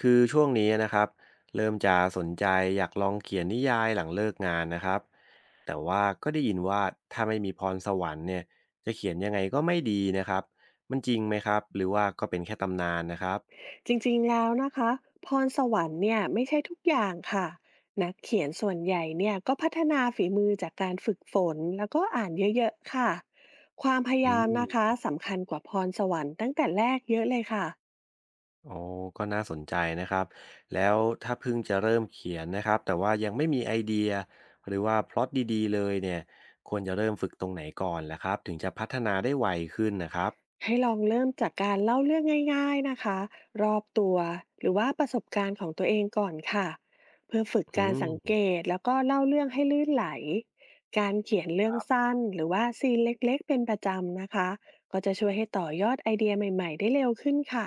คือช่วงนี้นะครับเริ่มจะสนใจอยากลองเขียนนิยายหลังเลิกงานนะครับแต่ว่าก็ได้ยินว่าถ้าไม่มีพรสวรรค์เนี่ยจะเขียนยังไงก็ไม่ดีนะครับมันจริงไหมครับหรือว่าก็เป็นแค่ตำนานนะครับจริงๆ แล้วนะคะพรสวรรค์เนี่ยไม่ใช่ทุกอย่างค่ะนักเขียนส่วนใหญ่เนี่ยก็พัฒนาฝีมือจากการฝึกฝนแล้วก็อ่านเยอะๆค่ะความพยาอืยามนะคะมสำคัญกว่าพรสวรรค์ตั้งแต่แรกเยอะเลยค่ะ โอ้ก็น่าสนใจนะครับแล้วถ้าเพิ่งจะเริ่มเขียนนะครับแต่ว่ายังไม่มีไอเดียหรือว่าพล็อตดีๆเลยเนี่ยควรจะเริ่มฝึกตรงไหนก่อนล่ะครับถึงจะพัฒนาได้ไวขึ้นนะครับให้ลองเริ่มจากการเล่าเรื่องง่ายๆนะคะรอบตัวหรือว่าประสบการณ์ของตัวเองก่อนค่ะเพื่อฝึกอืการสังเกม ตแล้วก็เล่าเรื่องให้ลื่นไหลการเขียนเรื่องสั้นหรือว่าซีนเล็กๆเป็นประจำนะคะก็จะช่วยให้ต่อยอดไอเดียใหม่ๆได้เร็วขึ้นค่ะ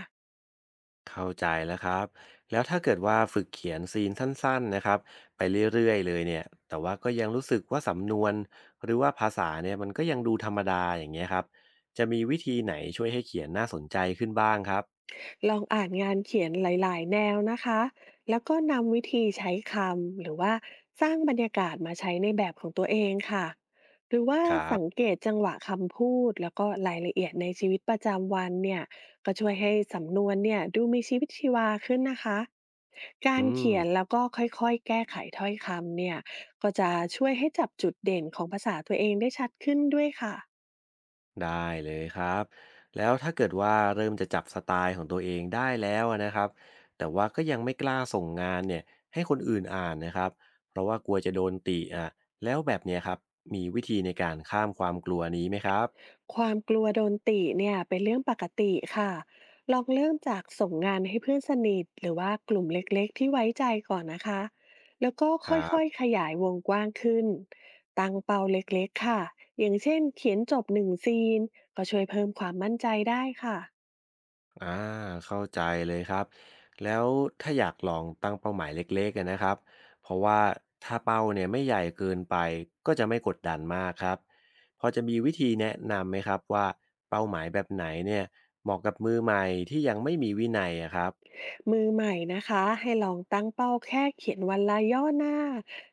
เข้าใจแล้วครับแล้วถ้าเกิดว่าฝึกเขียนซีนสั้นๆนะครับไปเรื่อยๆเลยเนี่ยแต่ว่าก็ยังรู้สึกว่าสำนวนหรือว่าภาษาเนี่ยมันก็ยังดูธรรมดาอย่างเงี้ยครับจะมีวิธีไหนช่วยให้เขียนน่าสนใจขึ้นบ้างครับลองอ่านงานเขียนหลายๆแนวนะคะแล้วก็นำวิธีใช้คำหรือว่าสร้างบรรยากาศมาใช้ในแบบของตัวเองค่ะหรือว่าครัสังบเกตจังหวะคำพูดแล้วก็รายละเอียดในชีวิตประจำวันเนี่ยก็ช่วยให้สำนวนเนี่ยดูมีชีวิตชีวาขึ้นนะคะกาอืรม เขียนแล้วก็ค่อยๆแก้ไขถ้อยคำเนี่ยก็จะช่วยให้จับจุดเด่นของภาษาตัวเองได้ชัดขึ้นด้วยค่ะ ได้เลยครับแล้วถ้าเกิดว่าเริ่มจะจับสไตล์ของตัวเองได้แล้วอะนะครับแต่ว่าก็ยังไม่กล้าส่งงานเนี่ยให้คนอื่นอ่านนะครับเพราะว่ากลัวจะโดนติอ่ะแล้วแบบเนี้ยครับมีวิธีในการข้ามความกลัวนี้ไหมครับความกลัวโดนติเนี่ยเป็นเรื่องปกติค่ะลองเริ่มจากส่งงานให้เพื่อนสนิทหรือว่ากลุ่มเล็กๆที่ไว้ใจก่อนนะคะแล้วก็คค่รัอยบ ๆขยายวงกว้างขึ้นตั้งเป้าเล็กๆค่ะอย่างเช่นเขียนจบหนึ่งซีนก็ช่วยเพิ่มความมั่นใจได้ค่ะอ่าเข้าใจเลยครับแล้วถ้าอยากลองตั้งเป้าหมายเล็กๆอะนะครับเพราะว่าถ้าเป้าเนี่ยไม่ใหญ่เกินไปก็จะไม่กดดันมากครับพอจะมีวิธีแนะนำไหมครับว่าเป้าหมายแบบไหนเนี่ยเหมาะกับมือใหม่ที่ยังไม่มีวินัยอะครับมือใหม่นะคะให้ลองตั้งเป้าแค่เขียนวันละย่อหน้า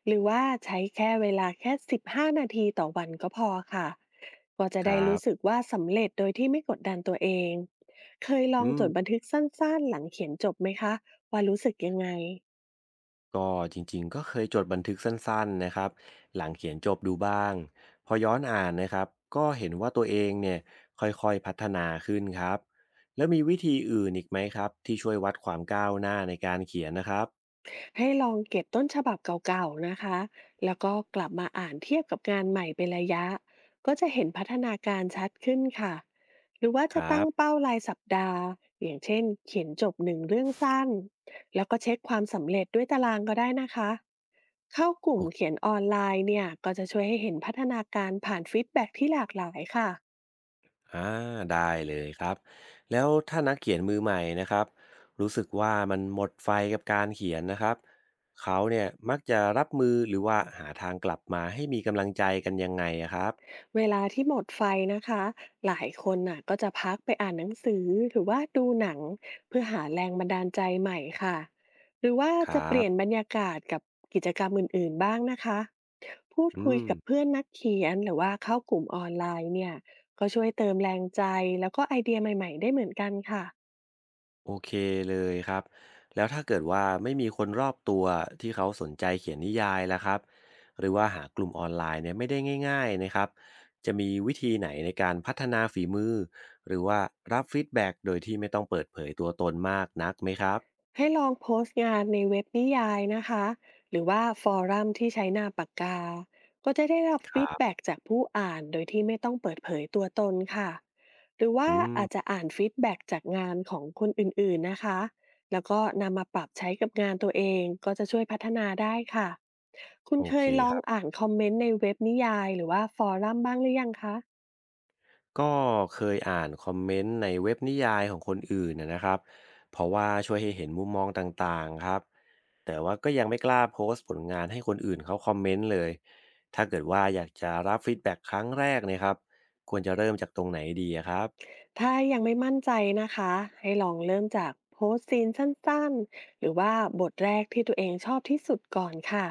หรือว่าใช้แค่เวลาแค่15นาทีต่อวันก็พอค่ะ ก็จะคได้รัรู้บสึกว่าสำเร็จโดยที่ไม่กดดันตัวเอง เคยลอืองจม ดบันทึกสั้นๆหลังเขียนจบไหมคะ ว่ารู้สึกยังไง ก็จริงๆก็เคยจดบันทึกสั้นๆนะครับหลังเขียนจบดูบ้างพอย้อนอ่านนะครับก็เห็นว่าตัวเองเนี่ยค่อยๆพัฒนาขึ้นครับแล้วมีวิธีอื่นอีกไหมครับที่ช่วยวัดความก้าวหน้าในการเขียนนะครับให้ลองเก็บต้นฉบับเก่าๆนะคะแล้วก็กลับมาอ่านเทียบกับงานใหม่เป็นระยะก็จะเห็นพัฒนาการชัดขึ้นค่ะหรือว่าคจะรัตั้งบเป้ารายสัปดาห์อย่างเช่นเขียนจบหนึ่งเรื่องสั้นแล้วก็เช็คความสำเร็จด้วยตารางก็ได้นะคะเข้ากลุ่มโอเขียนออนไลน์เนี่ยก็จะช่วยให้เห็นพัฒนาการผ่านฟีดแบ็กที่หลากหลายค่ะ อ่าได้เลยครับแล้วถ้านักเขียนมือใหม่นะครับรู้สึกว่ามันหมดไฟกับการเขียนนะครับเขาเนี่ยมักจะรับมือหรือว่าหาทางกลับมาให้มีกำลังใจกันยังไงอะครับเวลาที่หมดไฟนะคะหลายคนน่ะก็จะพักไปอ่านหนังสือหรือว่าดูหนังเพื่อหาแรงบันดาลใจใหม่ค่ะหรือว่าครัจะเปลี่ยนบบรรยากาศกับกิจกรรมอื่นๆบ้างนะคะพูดอืคุยม กับเพื่อนนักเขียนหรือว่าเข้ากลุ่มออนไลน์เนี่ยก็ช่วยเติมแรงใจแล้วก็ไอเดียใหม่ๆได้เหมือนกันค่ะ โอเคเลยครับแล้วถ้าเกิดว่าไม่มีคนรอบตัวที่เขาสนใจเขียนนิยายล่ะครับหรือว่าหากลุ่มออนไลน์เนี่ยไม่ได้ง่ายๆนะครับจะมีวิธีไหนในการพัฒนาฝีมือหรือว่ารับฟีดแบ็กโดยที่ไม่ต้องเปิดเผยตัวตนมากนักไหมครับให้ลองโพสต์งานในเว็บนิยายนะคะหรือว่าฟอรัมที่ใช้หน้าปากกา ก็จะได้รับคฟีรัดแบ็บกจากผู้อ่านโดยที่ไม่ต้องเปิดเผยตัวตนค่ะหรือว่าอืมอาจจะอ่านฟีดแบ็กจากงานของคนอื่นๆนะคะแล้วก็นำมาปรับใช้กับงานตัวเองก็จะช่วยพัฒนาได้ค่ะคุณโอเคเคยลคองรับอ่านคอมเมนต์ในเว็บนิยายหรือว่าฟอรัมบ้างหรือยังคะ ก็เคยอ่านคอมเมนต์ในเว็บนิยายของคนอื่นนะนะครับเพราะว่าช่วยให้เห็นมุมมองต่างๆครับ แต่ว่าก็ยังไม่กล้าโพสต์ผลงานให้คนอื่นเขาคอมเมนต์เลย ถ้าเกิดว่าอยากจะรับฟีดแบ็กครั้งแรกเนะยครับ ควรจะเริ่มจากตรงไหนดีอะครับถ้ายังไม่มั่นใจนะคะ ให้ลองเริ่มจากโพสต์ซีนสั้นๆ หรือว่าบทแรกที่ตัวเองชอบที่สุดก่อนค่ะ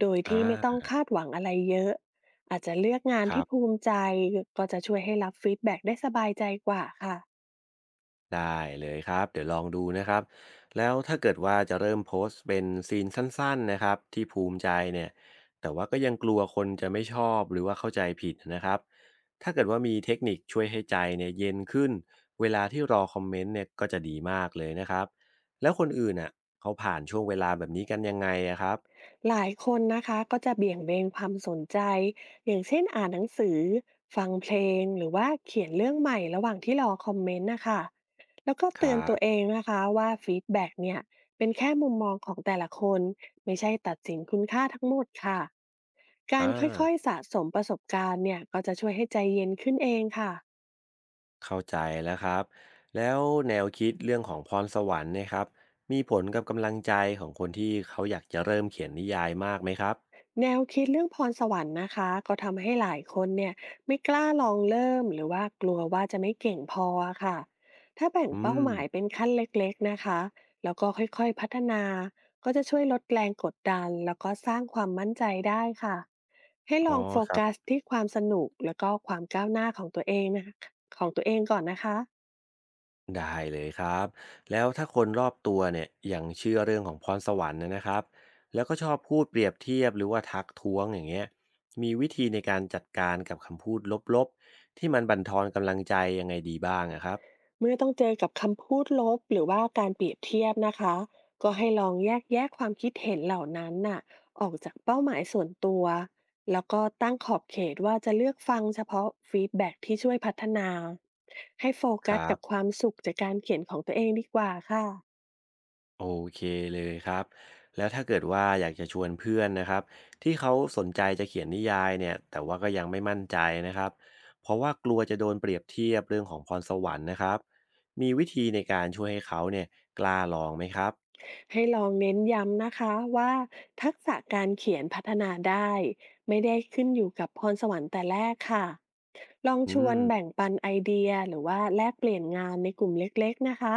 โดยที่ไม่อต้องาคาดหวังอะไรเยอะ อาจจะเลือกงานครัที่ภูบ มิใจก็จะช่วยให้รับฟีดแบ็กได้สบายใจกว่าค่ะ ได้เลยครับเดี๋ยวลองดูนะครับแล้วถ้าเกิดว่าจะเริ่มโพสต์เป็นซีนสั้นๆนะครับที่ภูมิใจเนี่ยแต่ว่าก็ยังกลัวคนจะไม่ชอบหรือว่าเข้าใจผิดนะครับถ้าเกิดว่ามีเทคนิคช่วยให้ใจเนี่ยเย็นขึ้นเวลาที่รอคอมเมนต์เนี่ยก็จะดีมากเลยนะครับแล้วคนอื่นอ่ะเขาผ่านช่วงเวลาแบบนี้กันยังไงอะครับหลายคนนะคะก็จะเบี่ยงเบนความสนใจอย่างเช่นอ่านหนังสือฟังเพลงหรือว่าเขียนเรื่องใหม่ระหว่างที่รอคอมเมนต์นะคะแล้วก็คเตืรัอนตัวเอบงนะคะว่าฟีดแบ็กเนี่ยเป็นแค่มุมมองของแต่ละคนไม่ใช่ตัดสินคุณค่าทั้งหมดค่ะกาอ่รค่อยา ๆสะสมประสบการณ์เนี่ยก็จะช่วยให้ใจเย็นขึ้นเองค่ะ เข้าใจแล้วครับแล้วแนวคิดเรื่องของพรสวรรค์เนี่ยครับมีผลกับกำลังใจของคนที่เขาอยากจะเริ่มเขียนนิยายมากไหมครับแนวคิดเรื่องพรสวรรค์นะคะก็ทำให้หลายคนเนี่ยไม่กล้าลองเริ่มหรือว่ากลัวว่าจะไม่เก่งพออะค่ะถ้าแบ่งอืเป้ามหมายเป็นขั้นเล็กๆนะคะแล้วก็ค่อยๆพัฒนาก็จะช่วยลดแรงกดดันแล้วก็สร้างความมั่นใจได้ค่ะให้อ๋ลอองโฟครักัสบที่ความสนุกแล้วก็ความก้าวหน้าของตัวเองนะคะของตัวเองก่อนนะคะ ได้เลยครับแล้วถ้าคนรอบตัวเนี่ยยังเชื่อเรื่องของพรสวรรค์นะครับแล้วก็ชอบพูดเปรียบเทียบหรือว่าทักท้วงอย่างเงี้ยมีวิธีในการจัดการกับคำพูดลบๆที่มันบั่นทอนกำลังใจยังไงดีบ้างอะครับเมื่อต้องเจอกับคำพูดลบหรือว่าการเปรียบเทียบนะคะก็ให้ลองแยกแยะความคิดเห็นเหล่านั้นน่ะออกจากเป้าหมายส่วนตัวแล้วก็ตั้งขอบเขตว่าจะเลือกฟังเฉพาะฟีดแบ็กที่ช่วยพัฒนาให้โฟคกัสรับ กับความสุขจากการเขียนของตัวเองดีกว่าค่ะโอเคเลยครับแล้วถ้าเกิดว่าอยากจะชวนเพื่อนนะครับที่เขาสนใจจะเขียนนิยายเนี่ยแต่ว่าก็ยังไม่มั่นใจนะครับเพราะว่ากลัวจะโดนเปรียบเทียบเรื่องของพรสวรรค์นะครับมีวิธีในการช่วยให้เขาเนี่ยกล้าลองไหมครับให้ลองเน้นย้ำนะคะว่าทักษะการเขียนพัฒนาได้ไม่ได้ขึ้นอยู่กับพรสวรรค์แต่แรกค่ะ ลองชอืวมนแบ่งปันไอเดียหรือว่าแลกเปลี่ยนงานในกลุ่มเล็กๆนะคะ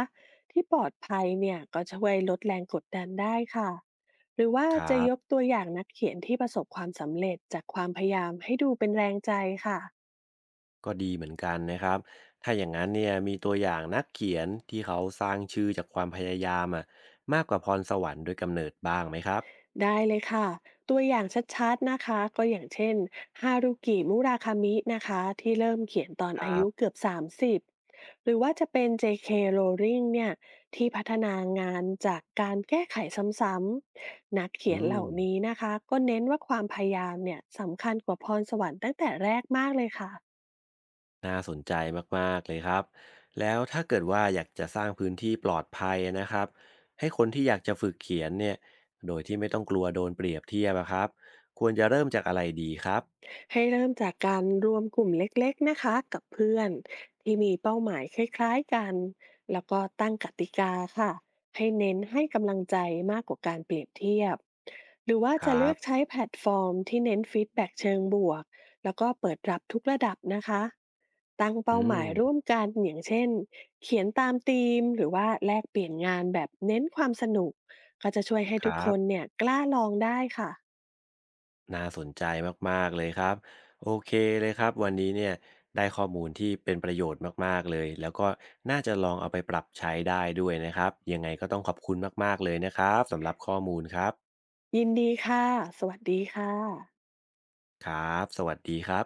ที่ปลอดภัยเนี่ยก็ช่วยลดแรงกดดันได้ค่ะหรือว่าครัจะยกบตัวอย่างนักเขียนที่ประสบความสำเร็จจากความพยายามให้ดูเป็นแรงใจค่ะ ก็ดีเหมือนกันนะครับถ้าอย่างนั้นเนี่ยมีตัวอย่างนักเขียนที่เขาสร้างชื่อจากความพยายามอะมากกว่าพรสวรรค์โดยกำเนิดบ้างไหมครับได้เลยค่ะตัวอย่างชัดๆนะคะก็อย่างเช่นฮารุกิมุราคามินะคะที่เริ่มเขียนตอนคอารัยุบเกือบ30หรือว่าจะเป็น J.K. Rowling เนี่ยที่พัฒนางานจากการแก้ไขซ้ำๆนักเขีอืยนเหม ล่านี้นะคะก็เน้นว่าความพยายามเนี่ยสำคัญกว่าพรสวรรค์ตั้งแต่แรกมากเลยค่ะ น่าสนใจมากๆเลยครับแล้วถ้าเกิดว่าอยากจะสร้างพื้นที่ปลอดภัยนะครับให้คนที่อยากจะฝึกเขียนเนี่ยโดยที่ไม่ต้องกลัวโดนเปรียบเทียบอะครับควรจะเริ่มจากอะไรดีครับให้เริ่มจากการรวมกลุ่มเล็กๆนะคะกับเพื่อนที่มีเป้าหมายคล้ายๆกันแล้วก็ตั้งกติกาค่ะให้เน้นให้กำลังใจมากกว่าการเปรียบเทียบหรือว่าคจะรัเลืบอกใช้แพลตฟอร์มที่เน้นฟีดแบ็กเชิงบวกแล้วก็เปิดรับทุกระดับนะคะตั้งอืเป้าหมายร่วมมกันอย่างเช่นเขียนตามธีมหรือว่าแลกเปลี่ยนงานแบบเน้นความสนุกก็จะช่วยให้คทุกรัคนบเนี่ยกล้าลองได้ค่ะน่าสนใจมากๆเลยครับโอเคเลยครับวันนี้เนี่ยได้ข้อมูลที่เป็นประโยชน์มากๆเลยแล้วก็น่าจะลองเอาไปปรับใช้ได้ด้วยนะครับยังไงก็ต้องขอบคุณมากๆเลยนะครับสำหรับข้อมูลครับยินดีค่ะสวัสดีค่ะครับสวัสดีครับ